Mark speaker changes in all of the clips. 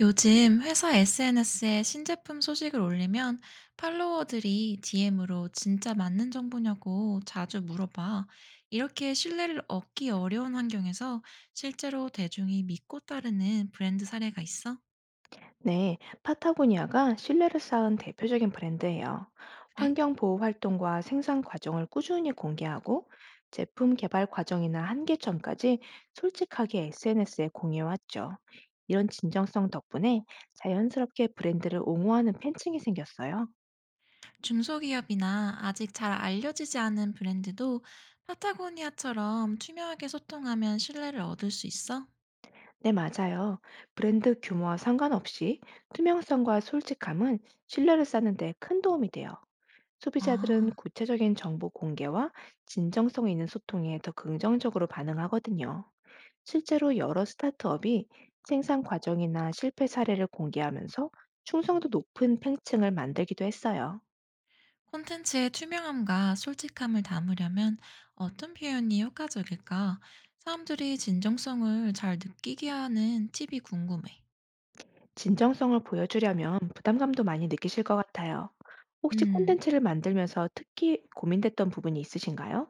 Speaker 1: 요즘 회사 SNS에 신제품 소식을 올리면 팔로워들이 DM으로 진짜 맞는 정보냐고 자주 물어봐. 이렇게 신뢰를 얻기 어려운 환경에서 실제로 대중이 믿고 따르는 브랜드 사례가 있어?
Speaker 2: 네, 파타고니아가 신뢰를 쌓은 대표적인 브랜드예요.
Speaker 1: 그래?
Speaker 2: 환경 보호 활동과 생산 과정을 꾸준히 공개하고 제품 개발 과정이나 한계점까지 솔직하게 SNS에 공유해왔죠. 이런 진정성 덕분에 자연스럽게 브랜드를 옹호하는 팬층이 생겼어요.
Speaker 1: 중소기업이나 아직 잘 알려지지 않은 브랜드도 파타고니아처럼 투명하게 소통하면 신뢰를 얻을 수 있어?
Speaker 2: 네, 맞아요. 브랜드 규모와 상관없이 투명성과 솔직함은 신뢰를 쌓는 데 큰 도움이 돼요. 소비자들은
Speaker 1: 아.
Speaker 2: 구체적인 정보 공개와 진정성 있는 소통에 더 긍정적으로 반응하거든요. 실제로 여러 스타트업이 생산 과정이나 실패 사례를 공개하면서 충성도 높은 팬층을 만들기도 했어요.
Speaker 1: 콘텐츠의 투명함과 솔직함을 담으려면 어떤 표현이 효과적일까? 사람들이 진정성을 잘 느끼게 하는 팁이 궁금해.
Speaker 2: 진정성을 보여주려면 부담감도 많이 느끼실 것 같아요. 혹시
Speaker 1: 음,
Speaker 2: 콘텐츠를 만들면서 특히 고민됐던 부분이 있으신가요?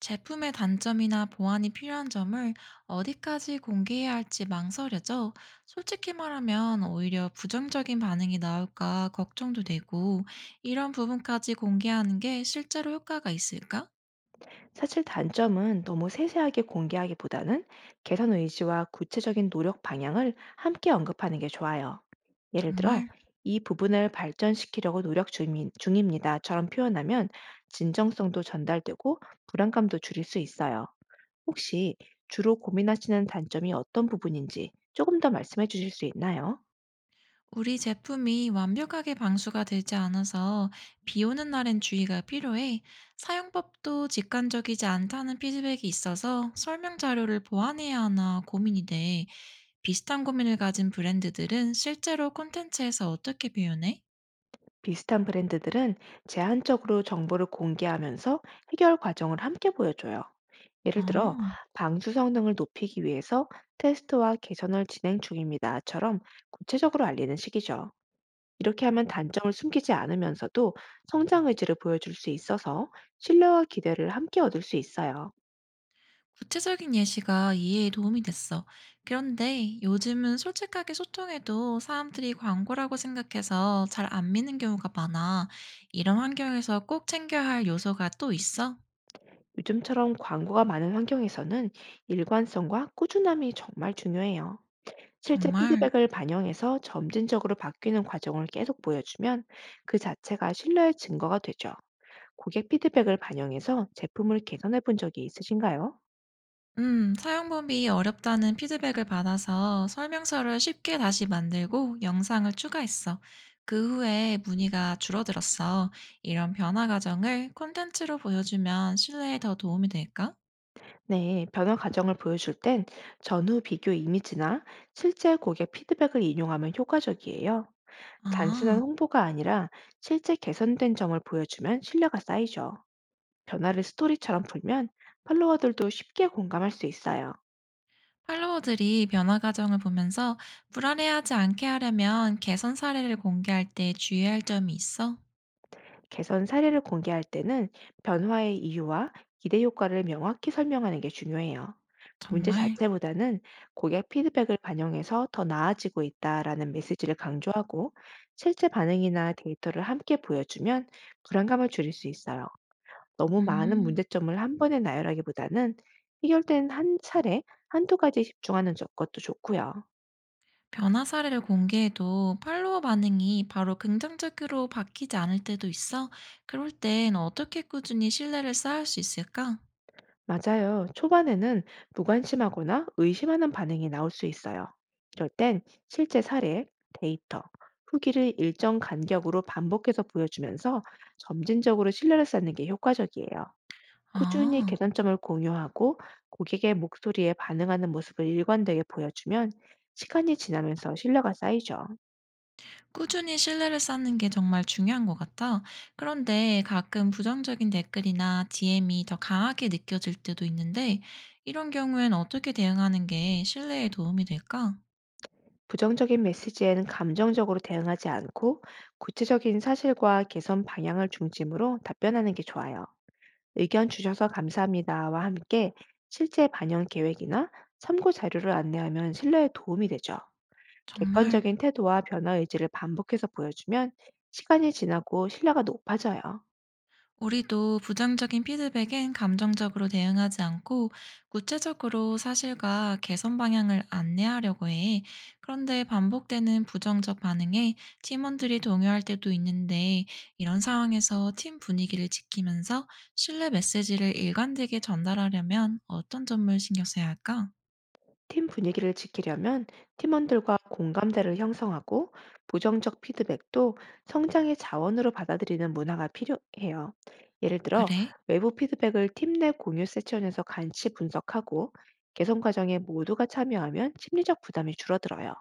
Speaker 1: 제품의 단점이나 보완이 필요한 점을 어디까지 공개해야 할지 망설여져. 솔직히 말하면 오히려 부정적인 반응이 나올까 걱정도 되고, 이런 부분까지 공개하는 게 실제로 효과가 있을까?
Speaker 2: 사실 단점은 너무 세세하게 공개하기보다는 개선 의지와 구체적인 노력 방향을 함께 언급하는 게 좋아요. 예를 들어,
Speaker 1: 정말?
Speaker 2: 이 부분을 발전시키려고 노력 중이- 중입니다처럼 표현하면 진정성도 전달되고 불안감도 줄일 수 있어요. 혹시 주로 고민하시는 단점이 어떤 부분인지 조금 더 말씀해 주실 수 있나요?
Speaker 1: 우리 제품이 완벽하게 방수가 되지 않아서 비 오는 날엔 주의가 필요해. 사용법도 직관적이지 않다는 피드백이 있어서 설명 자료를 보완해야 하나 고민이 돼. 비슷한 고민을 가진 브랜드들은 실제로 콘텐츠에서 어떻게 표현해?
Speaker 2: 비슷한 브랜드들은 제한적으로 정보를 공개하면서 해결 과정을 함께 보여줘요. 예를 들어
Speaker 1: 아,
Speaker 2: 방수 성능을 높이기 위해서 테스트와 개선을 진행 중입니다처럼 구체적으로 알리는 식이죠. 이렇게 하면 단점을 숨기지 않으면서도 성장 의지를 보여줄 수 있어서 신뢰와 기대를 함께 얻을 수 있어요.
Speaker 1: 구체적인 예시가 이해에 도움이 됐어. 그런데 요즘은 솔직하게 소통해도 사람들이 광고라고 생각해서 잘 안 믿는 경우가 많아. 이런 환경에서 꼭 챙겨야 할 요소가 또 있어?
Speaker 2: 요즘처럼 광고가 많은 환경에서는 일관성과 꾸준함이 정말 중요해요. 실제
Speaker 1: 정말?
Speaker 2: 피드백을 반영해서 점진적으로 바뀌는 과정을 계속 보여주면 그 자체가 신뢰의 증거가 되죠. 고객 피드백을 반영해서 제품을 개선해 본 적이 있으신가요?
Speaker 1: 사용법이 어렵다는 피드백을 받아서 설명서를 쉽게 다시 만들고 영상을 추가했어. 그 후에 문의가 줄어들었어. 이런 변화 과정을 콘텐츠로 보여주면 신뢰에 더 도움이 될까?
Speaker 2: 네, 변화 과정을 보여줄 땐 전후 비교 이미지나 실제 고객 피드백을 인용하면 효과적이에요. 단순한
Speaker 1: 아,
Speaker 2: 홍보가 아니라 실제 개선된 점을 보여주면 신뢰가 쌓이죠. 변화를 스토리처럼 풀면 팔로워들도 쉽게 공감할 수 있어요.
Speaker 1: 팔로워들이 변화 과정을 보면서 불안해하지 않게 하려면 개선 사례를 공개할 때 주의할 점이 있어?
Speaker 2: 개선 사례를 공개할 때는 변화의 이유와 기대 효과를 명확히 설명하는 게 중요해요. 문제
Speaker 1: 정말?
Speaker 2: 자체보다는 고객 피드백을 반영해서 더 나아지고 있다라는 메시지를 강조하고 실제 반응이나 데이터를 함께 보여주면 불안감을 줄일 수 있어요. 너무 많은
Speaker 1: 음.
Speaker 2: 문제점을 한 번에 나열하기보다는 해결된 한 차례 한두 가지에 집중하는 저- 것도 좋고요.
Speaker 1: 변화 사례를 공개해도 팔로워 반응이 바로 긍정적으로 바뀌지 않을 때도 있어. 그럴 땐 어떻게 꾸준히 신뢰를 쌓을 수 있을까?
Speaker 2: 맞아요. 초반에는 무관심하거나 의심하는 반응이 나올 수 있어요. 이럴 땐 실제 사례, 데이터, 후기를 일정 간격으로 반복해서 보여주면서 점진적으로 신뢰를 쌓는 게 효과적이에요. 꾸준히
Speaker 1: 아,
Speaker 2: 개선점을 공유하고 고객의 목소리에 반응하는 모습을 일관되게 보여주면 시간이 지나면서 신뢰가 쌓이죠.
Speaker 1: 꾸준히 신뢰를 쌓는 게 정말 중요한 것 같아. 그런데 가끔 부정적인 댓글이나 DM이 더 강하게 느껴질 때도 있는데, 이런 경우엔 어떻게 대응하는 게 신뢰에 도움이 될까?
Speaker 2: 부정적인 메시지에는 감정적으로 대응하지 않고 구체적인 사실과 개선 방향을 중심으로 답변하는 게 좋아요. 의견 주셔서 감사합니다와 함께 실제 반영 계획이나 참고 자료를 안내하면 신뢰에 도움이 되죠.
Speaker 1: 정말.
Speaker 2: 객관적인 태도와 변화 의지를 반복해서 보여주면 시간이 지나고 신뢰가 높아져요.
Speaker 1: 우리도 부정적인 피드백엔 감정적으로 대응하지 않고 구체적으로 사실과 개선 방향을 안내하려고 해. 그런데 반복되는 부정적 반응에 팀원들이 동요할 때도 있는데, 이런 상황에서 팀 분위기를 지키면서 신뢰 메시지를 일관되게 전달하려면 어떤 점을 신경 써야 할까?
Speaker 2: 팀 분위기를 지키려면 팀원들과 공감대를 형성하고 부정적 피드백도 성장의 자원으로 받아들이는 문화가 필요해요. 예를 들어
Speaker 1: 그래?
Speaker 2: 외부 피드백을 팀 내 공유 세션에서 같이 분석하고 개선 과정에 모두가 참여하면 심리적 부담이 줄어들어요.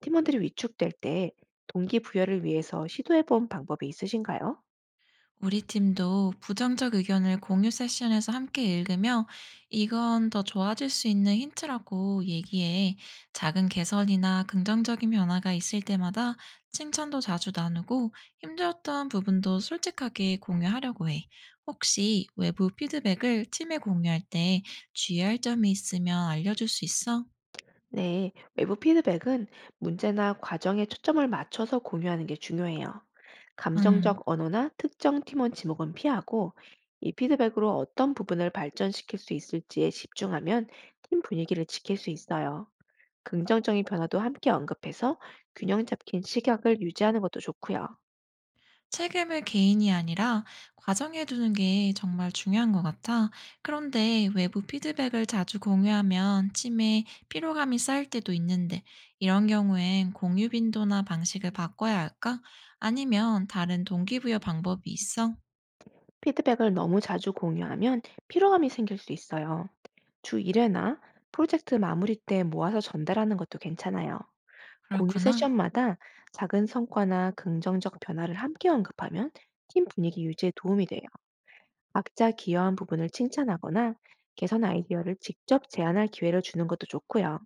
Speaker 2: 팀원들이 위축될 때 동기부여를 위해서 시도해 본 방법이 있으신가요?
Speaker 1: 우리 팀도 부정적 의견을 공유 세션에서 함께 읽으며 이건 더 좋아질 수 있는 힌트라고 얘기해. 작은 개선이나 긍정적인 변화가 있을 때마다 칭찬도 자주 나누고, 힘들었던 부분도 솔직하게 공유하려고 해. 혹시 외부 피드백을 팀에 공유할 때 주의할 점이 있으면 알려줄 수 있어?
Speaker 2: 네, 외부 피드백은 문제나 과정에 초점을 맞춰서 공유하는 게 중요해요.
Speaker 1: 음.
Speaker 2: 감정적 언어나 특정 팀원 지목은 피하고 이 피드백으로 어떤 부분을 발전시킬 수 있을지에 집중하면 팀 분위기를 지킬 수 있어요. 긍정적인 변화도 함께 언급해서 균형 잡힌 시각을 유지하는 것도 좋고요.
Speaker 1: 책임을 개인이 아니라 과정에 두는 게 정말 중요한 것 같아. 그런데 외부 피드백을 자주 공유하면 팀에 피로감이 쌓일 때도 있는데, 이런 경우엔 공유 빈도나 방식을 바꿔야 할까? 아니면 다른 동기부여 방법이 있어?
Speaker 2: 피드백을 너무 자주 공유하면 피로감이 생길 수 있어요. 주 1회나 프로젝트 마무리 때 모아서 전달하는 것도 괜찮아요. 공유
Speaker 1: 그렇구나.
Speaker 2: 세션마다 작은 성과나 긍정적 변화를 함께 언급하면 팀 분위기 유지에 도움이 돼요. 각자 기여한 부분을 칭찬하거나 개선 아이디어를 직접 제안할 기회를 주는 것도 좋고요.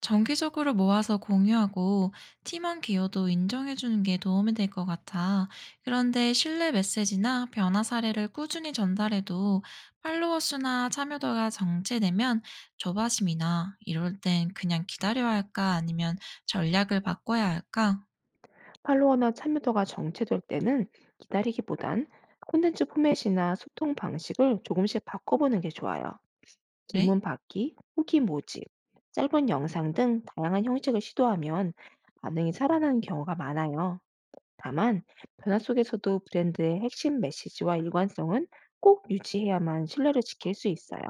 Speaker 1: 정기적으로 모아서 공유하고 팀원 기여도 인정해주는 게 도움이 될 것 같아. 그런데 신뢰 메시지나 변화 사례를 꾸준히 전달해도 팔로워 수나 참여도가 정체되면 조바심이나, 이럴 땐 그냥 기다려야 할까 아니면 전략을 바꿔야 할까?
Speaker 2: 팔로워나 참여도가 정체될 때는 기다리기보단 콘텐츠 포맷이나 소통 방식을 조금씩 바꿔보는 게 좋아요.
Speaker 1: 그래?
Speaker 2: 질문 받기, 후기 모집, 짧은 영상 등 다양한 형식을 시도하면 반응이 살아나는 경우가 많아요. 다만 변화 속에서도 브랜드의 핵심 메시지와 일관성은 꼭 유지해야만 신뢰를 지킬 수 있어요.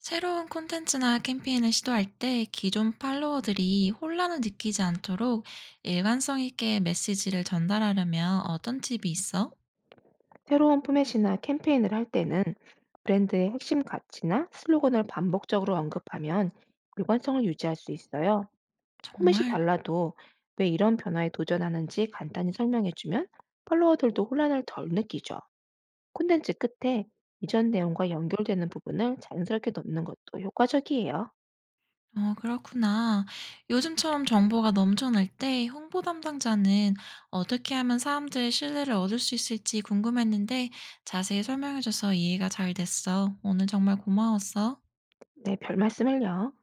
Speaker 1: 새로운 콘텐츠나 캠페인을 시도할 때 기존 팔로워들이 혼란을 느끼지 않도록 일관성 있게 메시지를 전달하려면 어떤 팁이 있어?
Speaker 2: 새로운 포맷이나 캠페인을 할 때는 브랜드의 핵심 가치나 슬로건을 반복적으로 언급하면 일관성을 유지할 수 있어요. 포맷이
Speaker 1: 정말?
Speaker 2: 달라도 왜 이런 변화에 도전하는지 간단히 설명해주면 팔로워들도 혼란을 덜 느끼죠. 콘텐츠 끝에 이전 내용과 연결되는 부분을 자연스럽게 넣는 것도 효과적이에요.
Speaker 1: 어, 그렇구나. 요즘처럼 정보가 넘쳐날 때 홍보 담당자는 어떻게 하면 사람들의 신뢰를 얻을 수 있을지 궁금했는데 자세히 설명해줘서 이해가 잘 됐어. 오늘 정말 고마웠어.
Speaker 2: 네, 별 말씀을요.